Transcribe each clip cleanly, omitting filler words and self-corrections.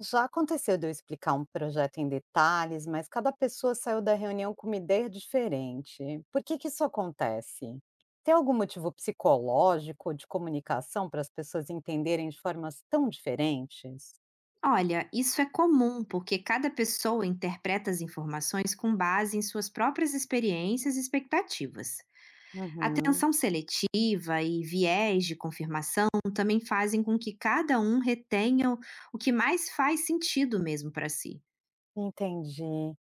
Já aconteceu de eu explicar um projeto em detalhes, mas cada pessoa saiu da reunião com uma ideia diferente. Por que que isso acontece? Tem algum motivo psicológico ou de comunicação para as pessoas entenderem de formas tão diferentes? Olha, isso é comum porque cada pessoa interpreta as informações com base em suas próprias experiências e expectativas. Uhum, Atenção seletiva e viés de confirmação também fazem com que cada um retenha o que mais faz sentido mesmo para si. entendi.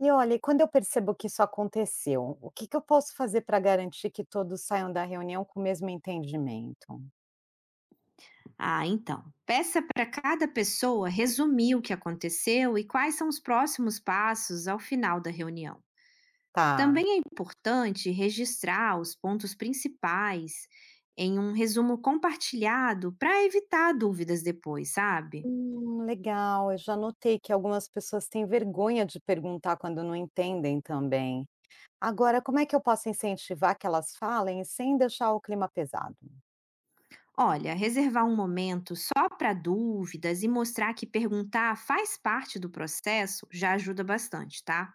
E olha, e quando eu percebo que isso aconteceu, o que que eu posso fazer para garantir que todos saiam da reunião com o mesmo entendimento? Ah, então, peça para cada pessoa resumir o que aconteceu e quais são os próximos passos ao final da reunião. Tá. Também é importante registrar os pontos principais em um resumo compartilhado para evitar dúvidas depois, sabe? Legal. Eu já notei que algumas pessoas têm vergonha de perguntar quando não entendem também. Agora, como é que eu posso incentivar que elas falem sem deixar o clima pesado? Olha, reservar um momento só para dúvidas e mostrar que perguntar faz parte do processo já ajuda bastante, tá?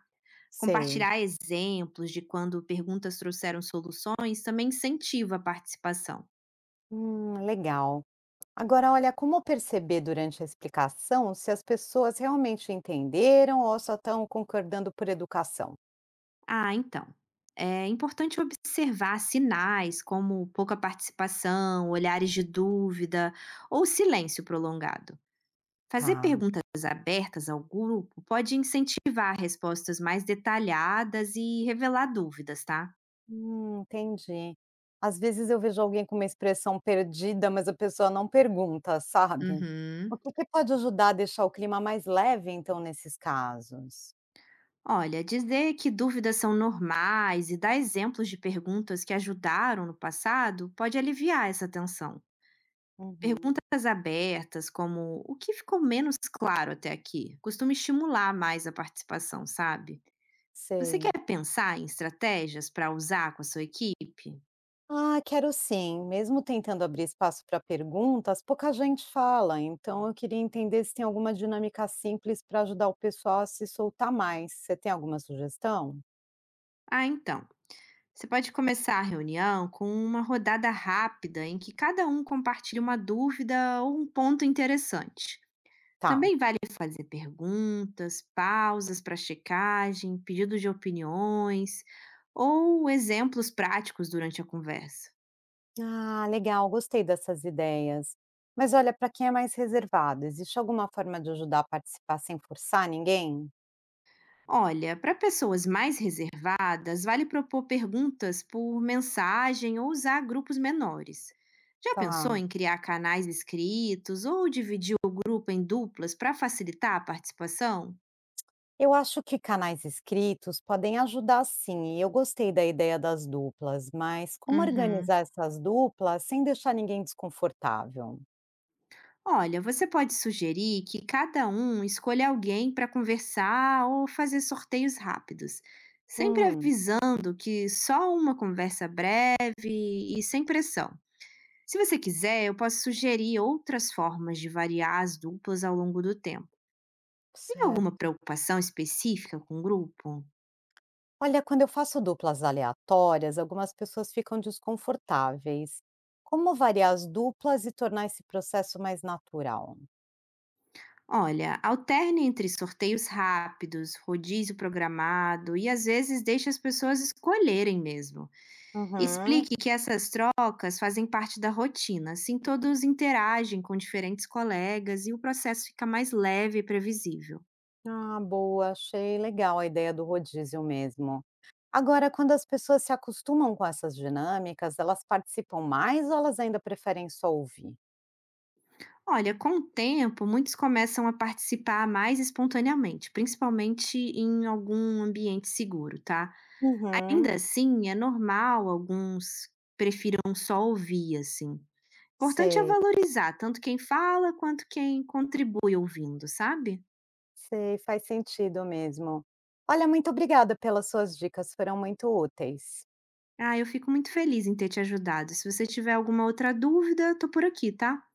Sei. Compartilhar exemplos de quando perguntas trouxeram soluções também incentiva a participação. Legal. Agora, olha, como perceber durante a explicação se as pessoas realmente entenderam ou só estão concordando por educação? Ah, então. É importante observar sinais como pouca participação, olhares de dúvida ou silêncio prolongado. Fazer Tá. perguntas abertas ao grupo pode incentivar respostas mais detalhadas e revelar dúvidas, tá? Entendi. Às vezes eu vejo alguém com uma expressão perdida, mas a pessoa não pergunta, sabe? O Uhum. que que pode ajudar a deixar o clima mais leve, então, nesses casos? Olha, dizer que dúvidas são normais e dar exemplos de perguntas que ajudaram no passado pode aliviar essa tensão. Uhum. Perguntas abertas, como "O que ficou menos claro até aqui?", costuma estimular mais a participação, sabe. Você quer Sei. pensar em estratégias para usar com a sua equipe? Ah, quero sim. Mesmo tentando abrir espaço para perguntas, pouca gente fala. Então, eu queria entender se tem alguma dinâmica simples para ajudar o pessoal a se soltar mais. Você tem alguma sugestão? Ah, então, você pode começar a reunião com uma rodada rápida em que cada um compartilhe uma dúvida ou um ponto interessante. Tá. Também vale fazer perguntas, pausas para checagem, pedido de opiniões ou exemplos práticos durante a conversa. Ah, legal, gostei dessas ideias. Mas olha, para quem é mais reservado, existe alguma forma de ajudar a participar sem forçar ninguém? Olha, para pessoas mais reservadas, vale propor perguntas por mensagem ou usar grupos menores. Já Tá. pensou em criar canais escritos ou dividir o grupo em duplas para facilitar a participação? Eu acho que canais escritos podem ajudar sim, e eu gostei da ideia das duplas, mas como Uhum. organizar essas duplas sem deixar ninguém desconfortável? Olha, você pode sugerir que cada um escolha alguém para conversar ou fazer sorteios rápidos, sempre Hum, avisando que só uma conversa breve e sem pressão. Se você quiser, eu posso sugerir outras formas de variar as duplas ao longo do tempo. Tem alguma certo. preocupação específica com o grupo? Olha, quando eu faço duplas aleatórias, algumas pessoas ficam desconfortáveis. Como variar as duplas e tornar esse processo mais natural? Olha, alterne entre sorteios rápidos, rodízio programado e às vezes deixe as pessoas escolherem mesmo. Uhum. Explique que essas trocas fazem parte da rotina, assim todos interagem com diferentes colegas e o processo fica mais leve e previsível. Ah, boa, achei legal a ideia do rodízio mesmo. Agora, quando as pessoas se acostumam com essas dinâmicas, elas participam mais ou elas ainda preferem só ouvir? Olha, com o tempo, muitos começam a participar mais espontaneamente, principalmente em algum ambiente seguro, tá? Uhum, Ainda assim, é normal alguns prefiram só ouvir, assim. Importante é sei, valorizar tanto quem fala quanto quem contribui ouvindo, sabe? sei, faz sentido mesmo. Olha, muito obrigada pelas suas dicas, foram muito úteis. Ah, eu fico muito feliz em ter te ajudado. Se você tiver alguma outra dúvida, tô por aqui, tá?